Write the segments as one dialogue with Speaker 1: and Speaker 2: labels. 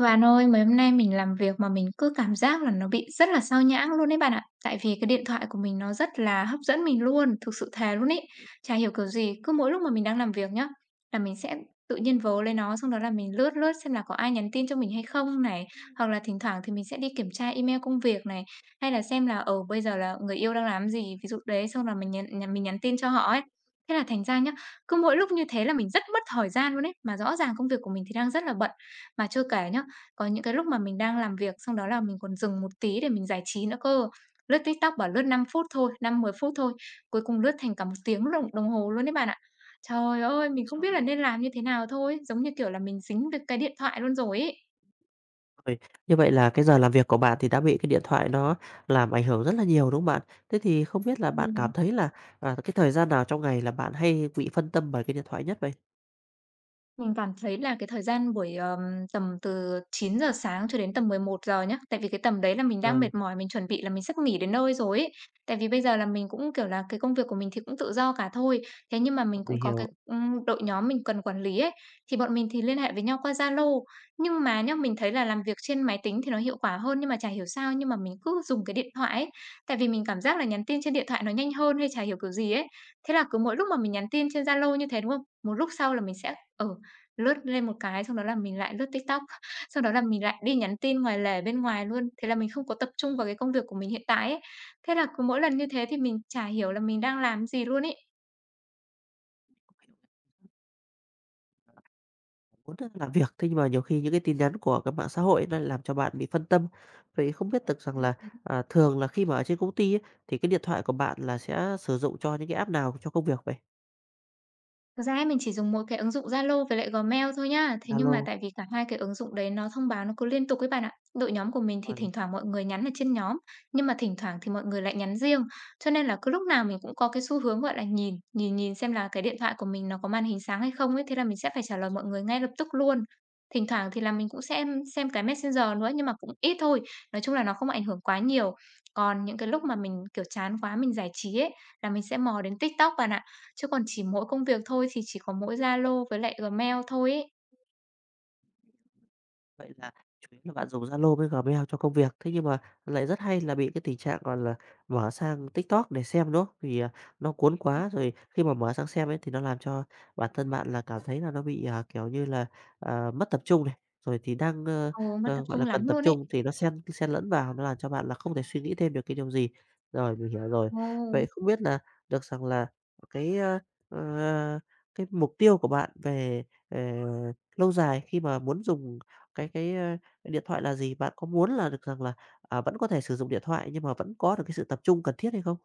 Speaker 1: Bạn ơi, mấy hôm nay mình làm việc mà mình cứ cảm giác là nó bị rất là sao nhãng luôn đấy bạn ạ. Tại vì cái điện thoại của mình nó rất là hấp dẫn mình luôn, thực sự thề luôn ý. Chả hiểu kiểu gì, cứ mỗi lúc mà mình đang làm việc nhá, là mình sẽ tự nhiên vớ lấy nó xong đó là mình lướt lướt xem là có ai nhắn tin cho mình hay không này, hoặc là thỉnh thoảng thì mình sẽ đi kiểm tra email công việc này, hay là xem là ở bây giờ là người yêu đang làm gì, ví dụ đấy, xong là mình nhắn tin cho họ ấy. Thế là thành ra nhá, cứ mỗi lúc như thế là mình rất mất thời gian luôn ấy, mà rõ ràng công việc của mình thì đang rất là bận. Mà chưa kể nhá, có những cái lúc mà mình đang làm việc, xong đó là mình còn dừng một tí để mình giải trí nữa cơ. Lướt TikTok bảo lướt 5 phút thôi, 5 10 phút thôi, cuối cùng lướt thành cả một tiếng đồng đồng hồ luôn đấy bạn ạ. Trời ơi, mình không
Speaker 2: Rồi,
Speaker 1: biết là nên làm như thế nào thôi, giống như kiểu là mình dính với cái điện thoại luôn rồi ấy.
Speaker 2: như vậy là cái giờ làm việc của bạn thì đã bị cái điện thoại nó làm ảnh hưởng rất là nhiều, đúng không bạn? Thế thì không biết là
Speaker 1: Ừ.
Speaker 2: bạn cảm thấy là, cái thời gian nào trong ngày là bạn hay bị phân tâm bởi cái điện thoại nhất vậy?
Speaker 1: Mình cảm thấy là cái thời gian buổi, tầm từ 9 giờ sáng cho đến tầm 11 giờ nhá, tại vì cái tầm đấy là mình đang
Speaker 2: Rồi,
Speaker 1: mệt mỏi, mình chuẩn bị là mình sắp nghỉ đến nơi rồi ấy. Tại vì bây giờ là mình cũng, kiểu là, cái công việc của mình thì cũng tự do cả thôi, thế nhưng mà
Speaker 2: ờ,
Speaker 1: mình
Speaker 2: mình
Speaker 1: cũng có
Speaker 2: hiểu,
Speaker 1: cái, đội nhóm mình cần quản lý ấy, thì bọn mình thì liên hệ với nhau qua Zalo. Nhưng mà nhá, mình thấy là làm việc trên máy tính thì nó hiệu quả hơn, nhưng mà chả hiểu sao nhưng mà mình cứ dùng cái điện thoại ấy, tại vì mình cảm giác là nhắn tin trên điện thoại nó nhanh hơn hay chả hiểu kiểu gì ấy. Thế là cứ mỗi lúc mà mình nhắn tin trên Zalo như thế, đúng không? Một lúc sau là mình sẽ ở lướt lên một cái xong đó là mình lại lướt TikTok, sau đó là mình lại đi nhắn tin ngoài lề bên ngoài luôn, thế là mình không có tập trung vào cái công việc của mình hiện tại ấy. Thế là cứ mỗi lần như thế thì mình chả hiểu là mình đang làm gì luôn ấy.
Speaker 2: muốn làm việc, thế nhưng mà nhiều khi những cái tin nhắn của các mạng xã hội nó lại làm cho bạn bị phân tâm. Vậy không biết được rằng là, thường là khi mà ở trên công ty ấy, thì cái điện thoại của bạn là sẽ sử dụng cho những cái app nào cho công việc vậy?
Speaker 1: Thực ra ấy mình chỉ dùng mỗi cái ứng dụng Zalo với lại Gmail thôi nhá. Thế nhưng mà
Speaker 2: Zalo.
Speaker 1: tại vì cả hai cái ứng dụng đấy nó thông báo nó cứ liên tục ấy bạn ạ. Đội nhóm của mình thì
Speaker 2: Rồi.
Speaker 1: thỉnh thoảng mọi người nhắn ở trên nhóm, nhưng mà thỉnh thoảng thì mọi người lại nhắn riêng. Cho nên là cứ lúc nào mình cũng có cái xu hướng, gọi là, nhìn, nhìn nhìn xem là cái điện thoại của mình nó có màn hình sáng hay không ấy, thế là mình sẽ phải trả lời mọi người ngay lập tức luôn. Thỉnh thoảng thì là mình cũng xem cái Messenger nữa, nhưng mà cũng ít thôi. Nói chung là nó không ảnh hưởng quá nhiều. Còn những cái lúc mà mình, kiểu, chán quá mình giải trí ấy, là mình sẽ mò đến TikTok bạn ạ. Chứ còn chỉ mỗi công việc thôi thì chỉ có mỗi Zalo với lại Gmail thôi ấy.
Speaker 2: Vậy là chủ yếu là bạn dùng Zalo với Gmail cho công việc. Thế nhưng mà lại rất hay là bị cái tình trạng, gọi là, mở sang TikTok để xem, đúng không? Vì, nó cuốn quá rồi khi mà mở sang xem ấy thì nó làm cho bản thân bạn là cảm thấy là nó bị, kiểu như là, mất tập trung này, rồi thì đang,
Speaker 1: Ừ, mất tập
Speaker 2: gọi
Speaker 1: trung
Speaker 2: là, cần
Speaker 1: lắm
Speaker 2: tập
Speaker 1: luôn ấy.
Speaker 2: trung thì nó xen xen lẫn vào, nó làm cho bạn là không thể suy nghĩ thêm được cái điều gì. Rồi, mình hiểu rồi.
Speaker 1: Ừ.
Speaker 2: Vậy không biết là được rằng là cái, ờ, cái mục tiêu của bạn về, lâu dài khi mà muốn dùng cái điện thoại là gì? Bạn có muốn là được rằng là, vẫn có thể sử dụng điện thoại nhưng mà vẫn có được cái sự tập trung cần thiết hay không?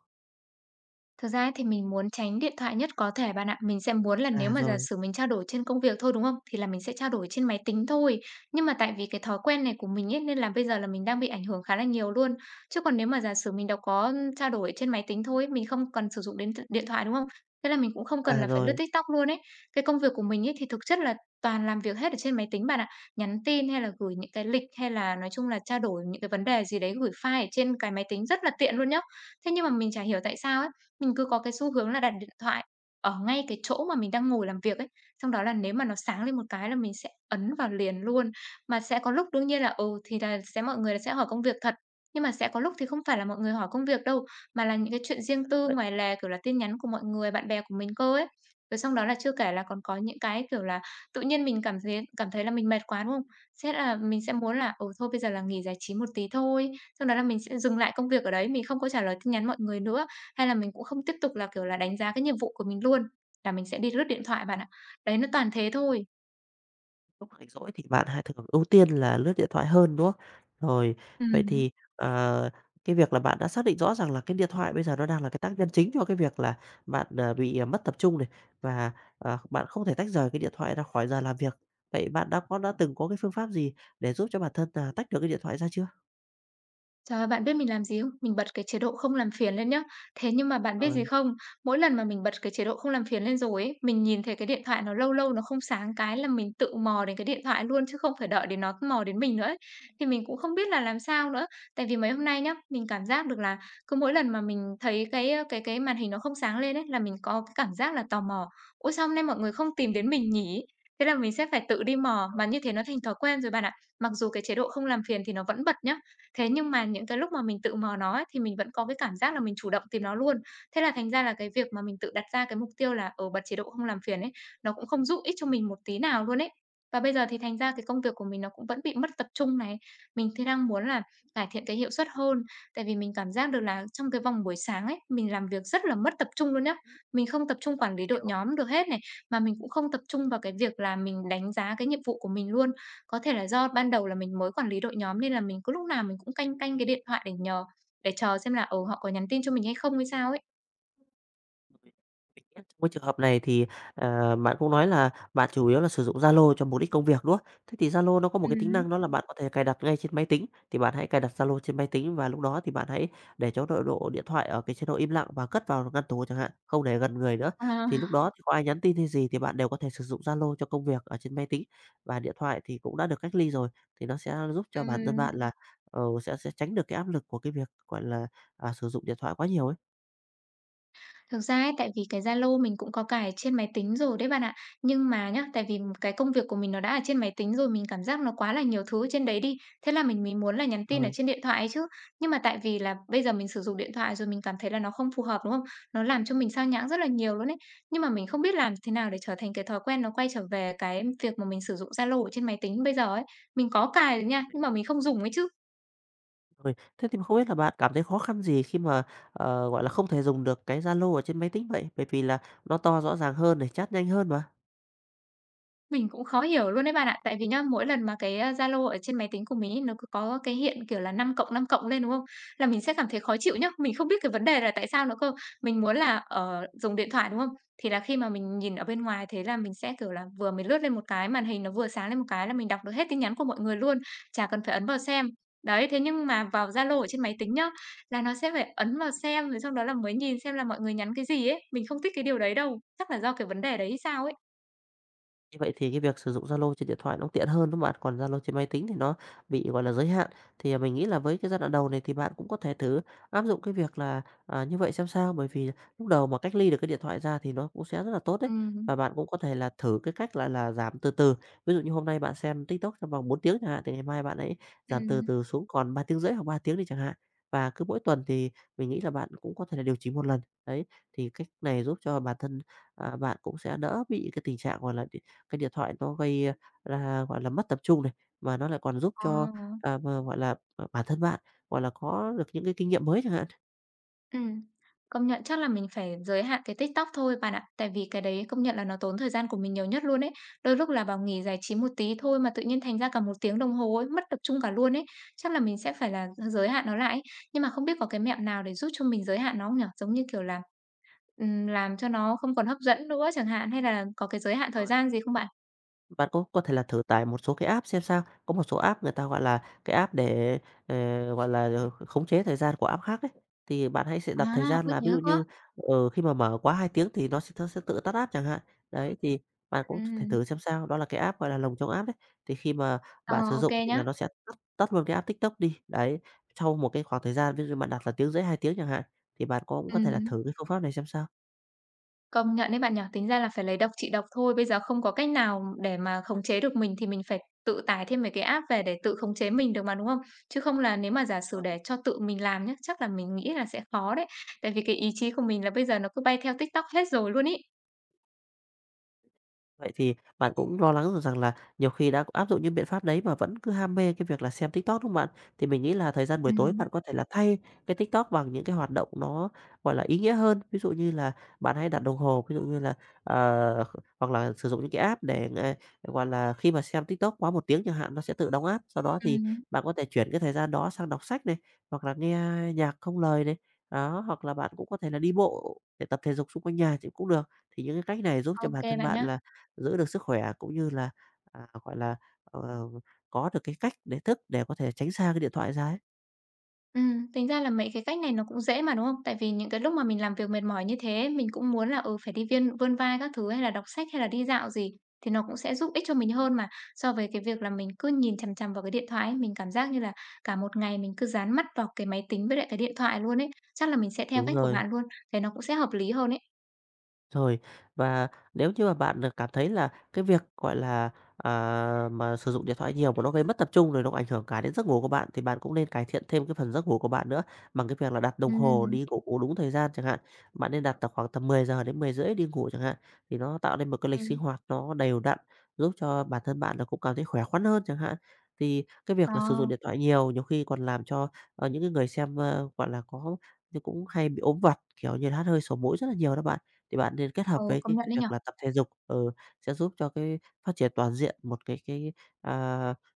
Speaker 1: Thực ra ấy thì mình muốn tránh điện thoại nhất có thể bạn ạ. Mình sẽ muốn là nếu
Speaker 2: À,
Speaker 1: mà giả
Speaker 2: rồi.
Speaker 1: sử mình trao đổi trên công việc thôi, đúng không? Thì là mình sẽ trao đổi trên máy tính thôi. Nhưng mà tại vì cái thói quen này của mình ấy, nên là bây giờ là mình đang bị ảnh hưởng khá là nhiều luôn. Chứ còn nếu mà giả sử mình đâu có trao đổi trên máy tính thôi, mình không cần sử dụng đến điện thoại, đúng không? Thế là mình cũng không cần
Speaker 2: À,
Speaker 1: là phải lướt
Speaker 2: rồi.
Speaker 1: TikTok luôn ấy. Cái công việc của mình ấy thì thực chất là toàn làm việc hết ở trên máy tính bạn ạ. Nhắn tin hay là gửi những cái lịch hay là nói chung là trao đổi những cái vấn đề gì đấy gửi file ở trên cái máy tính rất là tiện luôn nhá. Thế nhưng mà mình chả hiểu tại sao ấy mình cứ có cái xu hướng là đặt điện thoại ở ngay cái chỗ mà mình đang ngồi làm việc ấy, xong đó là nếu mà nó sáng lên một cái là mình sẽ ấn vào liền luôn. Mà sẽ có lúc đương nhiên là, ừ, thì là sẽ mọi người sẽ hỏi công việc thật, nhưng mà sẽ có lúc thì không phải là mọi người hỏi công việc đâu, mà là những cái chuyện riêng tư ngoài lề, kiểu là, tin nhắn của mọi người, bạn bè của mình cơ ấy. Rồi xong đó là chưa kể là còn có những cái, kiểu là, tự nhiên mình cảm thấy là mình mệt quá, đúng không? Sẽ là mình sẽ muốn là, ừ, thôi bây giờ là nghỉ giải trí một tí thôi, xong đó là mình sẽ dừng lại công việc ở đấy, mình không có trả lời tin nhắn mọi người nữa. Hay là mình cũng không tiếp tục là, kiểu là, đánh giá cái nhiệm vụ của mình luôn, là mình sẽ đi lướt điện thoại bạn ạ. Đấy, nó toàn thế thôi.
Speaker 2: Lúc rảnh rỗi thì bạn hay thường ưu tiên là lướt điện thoại hơn, đúng không? Rồi, vậy
Speaker 1: Ừm.
Speaker 2: thì, cái việc là bạn đã xác định rõ ràng là cái điện thoại bây giờ nó đang là cái tác nhân chính cho cái việc là bạn bị mất tập trung này, và, bạn không thể tách rời cái điện thoại ra khỏi giờ làm việc. Vậy bạn đã từng có cái phương pháp gì để giúp cho bản thân, là tách được cái điện thoại ra chưa?
Speaker 1: Trời ơi, bạn biết mình làm gì không? Mình bật cái chế độ không làm phiền lên nhá. Thế nhưng mà bạn biết gì
Speaker 2: Rồi.
Speaker 1: không? Mỗi lần mà mình bật cái chế độ không làm phiền lên rồi ấy, mình nhìn thấy cái điện thoại nó lâu lâu nó không sáng cái là mình tự mò đến cái điện thoại luôn chứ không phải đợi đến nó mò đến mình nữa ấy. Thì mình cũng không biết là làm sao nữa. Tại vì mấy hôm nay nhá, mình cảm giác được là cứ mỗi lần mà mình thấy cái màn hình nó không sáng lên ấy là mình có cái cảm giác là tò mò. Ủa sao hôm nay mọi người không tìm đến mình nhỉ? Thế là mình sẽ phải tự đi mò mà như thế nó thành thói quen rồi bạn ạ. Mặc dù cái chế độ không làm phiền thì nó vẫn bật nhá. Thế nhưng mà những cái lúc mà mình tự mò nó ấy, thì mình vẫn có cái cảm giác là mình chủ động tìm nó luôn. Thế là thành ra là cái việc mà mình tự đặt ra cái mục tiêu là, ở bật chế độ không làm phiền ấy, nó cũng không giúp ích cho mình một tí nào luôn ấy. Và bây giờ thì thành ra cái công việc của mình nó cũng vẫn bị mất tập trung này. Mình thì đang muốn là cải thiện cái hiệu suất hơn, tại vì mình cảm giác được là trong cái vòng buổi sáng ấy, mình làm việc rất là mất tập trung luôn nhá. Mình không tập trung quản lý đội nhóm được hết này, mà mình cũng không tập trung vào cái việc là mình đánh giá cái nhiệm vụ của mình luôn. Có thể là do ban đầu là mình mới quản lý đội nhóm nên là mình cứ lúc nào mình cũng canh canh cái điện thoại để chờ xem là, ừ, họ có nhắn tin cho mình hay không hay sao ấy.
Speaker 2: Trong cái trường hợp này thì, bạn cũng nói là bạn chủ yếu là sử dụng Zalo cho mục đích công việc, đúng không? Thế thì Zalo nó có một cái tính
Speaker 1: Ừm.
Speaker 2: năng đó là bạn có thể cài đặt ngay trên máy tính, thì bạn hãy cài đặt Zalo trên máy tính và lúc đó thì bạn hãy để cho nội độ điện thoại ở cái chế độ im lặng và cất vào ngăn tủ chẳng hạn, không để gần người nữa.
Speaker 1: Ờ.
Speaker 2: Thì lúc đó thì có ai nhắn tin hay gì thì bạn đều có thể sử dụng Zalo cho công việc ở trên máy tính, và điện thoại thì cũng đã được cách ly rồi, thì nó sẽ giúp cho bản thân
Speaker 1: Ừm.
Speaker 2: bạn là, sẽ tránh được cái áp lực của cái việc, gọi là, sử dụng điện thoại quá nhiều ấy.
Speaker 1: Thực ra ấy, tại vì cái Zalo mình cũng có cài trên máy tính rồi đấy bạn ạ. Nhưng mà nhá, tại vì cái công việc của mình nó đã ở trên máy tính rồi, mình cảm giác nó quá là nhiều thứ trên đấy đi. Thế là mình muốn là nhắn
Speaker 2: Ờ.
Speaker 1: tin ở trên điện thoại ấy chứ. Nhưng mà tại vì là bây giờ mình sử dụng điện thoại rồi mình cảm thấy là nó không phù hợp đúng không? Nó làm cho mình sao nhãng rất là nhiều luôn ấy. Nhưng mà mình không biết làm thế nào để trở thành cái thói quen nó quay trở về cái việc mà mình sử dụng Zalo ở trên máy tính bây giờ ấy. Mình có cài rồi nha, nhưng mà mình không dùng ấy chứ.
Speaker 2: Rồi, thế thì không biết là bạn cảm thấy khó khăn gì khi mà, gọi là, không thể dùng được cái Zalo ở trên máy tính vậy? Bởi vì là nó to rõ ràng hơn này, chat nhanh hơn mà.
Speaker 1: Mình cũng khó hiểu luôn đấy bạn ạ. Tại vì nhá, mỗi lần mà cái, Zalo ở trên máy tính của mình ấy, nó cứ có cái hiện, kiểu là, năm năm cộng lên, đúng không? Là mình sẽ cảm thấy khó chịu nhá. Mình không biết cái vấn đề là tại sao nữa cơ. Mình muốn là, dùng điện thoại, đúng không? Thì là khi mà mình nhìn ở bên ngoài thế là mình sẽ, kiểu là, vừa mới lướt lên một cái, màn hình nó vừa sáng lên một cái là mình đọc được hết tin nhắn của mọi người luôn, chả cần phải ấn vào xem. Đấy, thế nhưng mà vào Zalo ở trên máy tính nhá, là nó sẽ phải ấn vào xem, rồi sau đó là mới nhìn xem là mọi người nhắn cái gì ấy. Mình không thích cái điều đấy đâu. Chắc là do cái vấn đề đấy hay sao ấy.
Speaker 2: Như vậy thì cái việc sử dụng Zalo trên điện thoại nó cũng tiện hơn, đúng không bạn? Còn Zalo trên máy tính thì nó bị, gọi là, giới hạn. Thì, mình nghĩ là với cái giai đoạn đầu này thì bạn cũng có thể thử áp dụng cái việc là, như vậy xem sao, bởi vì lúc đầu mà cách ly được cái điện thoại ra thì nó cũng sẽ rất là tốt đấy. Và
Speaker 1: Ừm.
Speaker 2: bạn cũng có thể là thử cái cách là giảm từ từ. Ví dụ như hôm nay bạn xem TikTok trong vòng 4 tiếng chẳng hạn, thì ngày mai bạn ấy giảm từ
Speaker 1: Ừm.
Speaker 2: từ xuống còn 3 tiếng rưỡi hoặc 3 tiếng đi chẳng hạn. Và cứ mỗi tuần thì mình nghĩ là bạn cũng có thể là điều chỉnh một lần. Đấy, thì cách này giúp cho bản thân, bạn cũng sẽ đỡ bị cái tình trạng, gọi là cái điện thoại nó gây là gọi là, mất tập trung này, mà nó lại còn giúp
Speaker 1: Ờ,
Speaker 2: cho, mà, gọi là, bản thân bạn, gọi là, có được những cái kinh nghiệm mới chẳng hạn.
Speaker 1: ừm, Công nhận chắc là mình phải giới hạn cái TikTok thôi bạn ạ. Tại vì cái đấy công nhận là nó tốn thời gian của mình nhiều nhất luôn ấy. Đôi lúc là bảo nghỉ giải trí một tí thôi mà tự nhiên thành ra cả một tiếng đồng hồ ấy, mất tập trung cả luôn ấy. Chắc là mình sẽ phải là giới hạn nó lại ấy. Nhưng mà không biết có cái mẹo nào để giúp cho mình giới hạn nó không nhở? Giống như, kiểu là, làm cho nó không còn hấp dẫn nữa chẳng hạn, hay là có cái giới hạn thời gian gì không bạn?
Speaker 2: Bạn cũng có thể là thử tải một số cái app xem sao. Có một số app người ta, gọi là, cái app để, ờ, gọi là, khống chế thời gian của app khác ấy, thì bạn hãy sẽ
Speaker 1: À,
Speaker 2: đặt thời gian
Speaker 1: ôi
Speaker 2: là
Speaker 1: thế
Speaker 2: ví dụ
Speaker 1: cơ á?
Speaker 2: như, khi mà mở quá 2 tiếng thì nó sẽ tự tắt app chẳng hạn. Đấy, thì bạn cũng thể
Speaker 1: Ừm,
Speaker 2: thử xem sao. Đó là cái app, gọi là, lồng chống app đấy, thì khi mà
Speaker 1: ờ,
Speaker 2: bạn sử
Speaker 1: ô
Speaker 2: dụng thì là
Speaker 1: nhá.
Speaker 2: nó sẽ tắt tắt luôn cái app TikTok đi. Đấy, sau một cái khoảng thời gian, ví dụ bạn đặt là 1 tiếng rưỡi, 2 tiếng chẳng hạn, thì bạn cũng có thể là
Speaker 1: Ừm.
Speaker 2: thử cái phương pháp này xem sao.
Speaker 1: Công nhận đấy bạn nhỉ. Tính ra là phải lấy độc trị độc thôi, bây giờ không có cách nào để mà khống chế được mình thì mình phải tự tải thêm mấy cái app về để tự khống chế mình được mà, đúng không? Chứ không là nếu mà giả sử
Speaker 2: Rồi.
Speaker 1: để cho tự mình làm nhé chắc là mình nghĩ là sẽ khó đấy. Tại vì cái ý chí của mình là bây giờ nó cứ bay theo TikTok hết rồi luôn ý.
Speaker 2: Vậy thì bạn cũng lo lắng rằng là nhiều khi đã áp dụng những biện pháp đấy mà vẫn cứ ham mê cái việc là xem TikTok, đúng không bạn? Thì mình nghĩ là thời gian buổi tối bạn
Speaker 1: Ừm.
Speaker 2: có thể là thay cái TikTok bằng những cái hoạt động nó, gọi là, ý nghĩa hơn. Ví dụ như là bạn hãy đặt đồng hồ, ví dụ như là, ờ, hoặc là sử dụng những cái app để, gọi là, khi mà xem TikTok quá 1 tiếng chẳng hạn, nó sẽ tự đóng app. Sau đó thì
Speaker 1: Ừm,
Speaker 2: bạn có thể chuyển cái thời gian đó sang đọc sách này, hoặc là nghe nhạc không lời này, đó, hoặc là bạn cũng có thể là đi bộ để tập thể dục xung quanh nhà thì cũng được. Thì những cái cách này giúp
Speaker 1: ô
Speaker 2: cho bản thân
Speaker 1: bạn
Speaker 2: bạn
Speaker 1: nhé.
Speaker 2: là giữ được sức khỏe cũng như là, gọi là, ờ, có được cái cách để thức để có thể tránh xa cái điện thoại ra ấy.
Speaker 1: Tính ra là mấy cái cách này nó cũng dễ mà, đúng không? Tại vì những cái lúc mà mình làm việc mệt mỏi như thế, mình cũng muốn là, phải đi viên vươn vai các thứ hay là đọc sách hay là đi dạo gì thì nó cũng sẽ giúp ích cho mình hơn mà. So với cái việc là mình cứ nhìn chằm chằm vào cái điện thoại ấy, mình cảm giác như là cả một ngày mình cứ dán mắt vào cái máy tính với lại cái điện thoại luôn ấy. Chắc là mình sẽ theo
Speaker 2: Đúng
Speaker 1: cách của
Speaker 2: rồi.
Speaker 1: bạn luôn, thế nó cũng sẽ hợp lý hơn ấy.
Speaker 2: Rồi, và nếu như mà bạn, cảm thấy là cái việc, gọi là, à, mà sử dụng điện thoại nhiều mà nó gây mất tập trung rồi nó ảnh hưởng cả đến giấc ngủ của bạn, thì bạn cũng nên cải thiện thêm cái phần giấc ngủ của bạn nữa bằng cái việc là đặt đồng hồ
Speaker 1: Ừ.
Speaker 2: đi ngủ đúng thời gian chẳng hạn. Bạn nên đặt tầm khoảng tầm 10 giờ đến 10 rưỡi đi ngủ chẳng hạn, thì nó tạo nên một cái lịch
Speaker 1: Ừ.
Speaker 2: sinh hoạt nó đều đặn, giúp cho bản thân bạn là cũng cảm thấy khỏe khoắn hơn chẳng hạn. Thì cái
Speaker 1: Ờ,
Speaker 2: việc là sử dụng điện thoại nhiều nhiều khi còn làm cho, những cái người xem, gọi là, có thì cũng hay bị ốm vặt, kiểu như là, hắt hơi sổ mũi rất là nhiều đó bạn. Thì bạn nên kết hợp
Speaker 1: ừ,
Speaker 2: với
Speaker 1: Công
Speaker 2: cái
Speaker 1: nhận đấy nhỉ?
Speaker 2: việc là tập thể dục, sẽ giúp cho cái phát triển toàn diện một cái, à,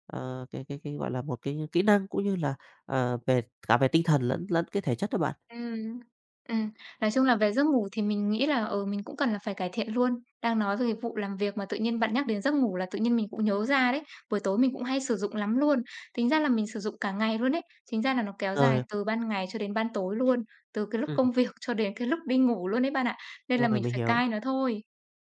Speaker 2: ờ, cái, gọi là, một cái kỹ năng cũng như là, về cả về tinh thần lẫn lẫn cái thể chất đó bạn.
Speaker 1: Ừm, ừm. Nói chung là về giấc ngủ thì mình nghĩ là, mình cũng cần là phải cải thiện luôn. Đang nói về cái vụ làm việc mà tự nhiên bạn nhắc đến giấc ngủ là tự nhiên mình cũng nhớ ra đấy. Buổi tối mình cũng hay sử dụng lắm luôn. Tính ra là mình sử dụng cả ngày luôn ấy. Chính ra là nó kéo dài
Speaker 2: Rồi.
Speaker 1: từ ban ngày cho đến ban tối luôn, từ cái lúc
Speaker 2: Ừm.
Speaker 1: công việc cho đến cái lúc đi ngủ luôn đấy bạn ạ. Nên là
Speaker 2: Rồi,
Speaker 1: mình
Speaker 2: mình
Speaker 1: phải
Speaker 2: hiểu.
Speaker 1: cai nó thôi.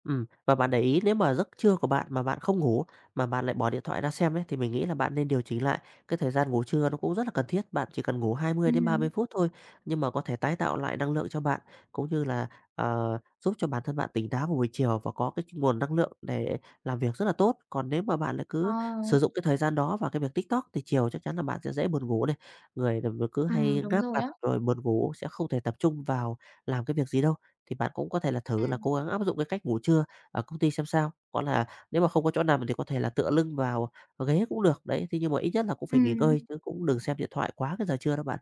Speaker 2: Ừm. Và bạn để ý nếu mà giấc trưa của bạn mà bạn không ngủ, mà bạn lại bỏ điện thoại ra xem ấy, thì mình nghĩ là bạn nên điều chỉnh lại. Cái thời gian ngủ trưa nó cũng rất là cần thiết, bạn chỉ cần ngủ hai mươi đến ba mươi
Speaker 1: Ừm,
Speaker 2: phút thôi, nhưng mà có thể tái tạo lại năng lượng cho bạn, cũng như là, ờ, giúp cho bản thân bạn tỉnh táo vào buổi chiều và có cái nguồn năng lượng để làm việc rất là tốt. Còn nếu mà bạn lại
Speaker 1: ờ,
Speaker 2: cứ sử dụng cái thời gian đó vào cái việc TikTok thì chiều chắc chắn là bạn sẽ dễ buồn ngủ này, người là cứ hay
Speaker 1: đúng
Speaker 2: ngáp
Speaker 1: rồi
Speaker 2: mặt
Speaker 1: á.
Speaker 2: rồi buồn ngủ sẽ không thể tập trung vào làm cái việc gì đâu thì bạn cũng có thể là thử là
Speaker 1: Ừm,
Speaker 2: cố gắng áp dụng cái cách ngủ trưa ở công ty xem sao. Có là nếu mà không có chỗ nằm thì có thể là tựa lưng vào ghế cũng được, đấy, thì nhưng mà ít nhất là cũng phải nghỉ
Speaker 1: ừm.
Speaker 2: ngơi chứ cũng đừng xem điện thoại quá cái giờ trưa đó bạn.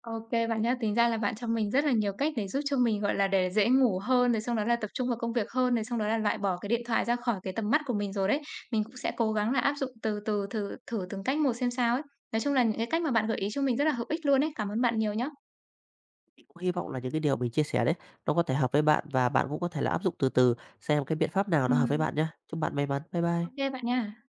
Speaker 1: OK bạn nhá. Tính ra là bạn cho mình rất là nhiều cách để giúp cho mình, gọi là, để dễ ngủ hơn, rồi xong đó là tập trung vào công việc hơn, rồi xong đó là loại bỏ cái điện thoại ra khỏi cái tầm mắt của mình rồi đấy. Mình cũng sẽ cố gắng là áp dụng từ từ, thử thử từng cách một xem sao ấy. Nói chung là những cái cách mà bạn gợi ý cho mình rất là hữu ích luôn ấy. Cảm ơn bạn nhiều nhá.
Speaker 2: Mình cũng hy vọng là những cái điều mình chia sẻ đấy, nó có thể hợp với bạn và bạn cũng có thể là áp dụng từ từ xem cái biện pháp nào nó hợp với
Speaker 1: Ừm.
Speaker 2: bạn nhé. Chúc bạn may mắn. Bye
Speaker 1: Ô
Speaker 2: bye.
Speaker 1: bạn nha.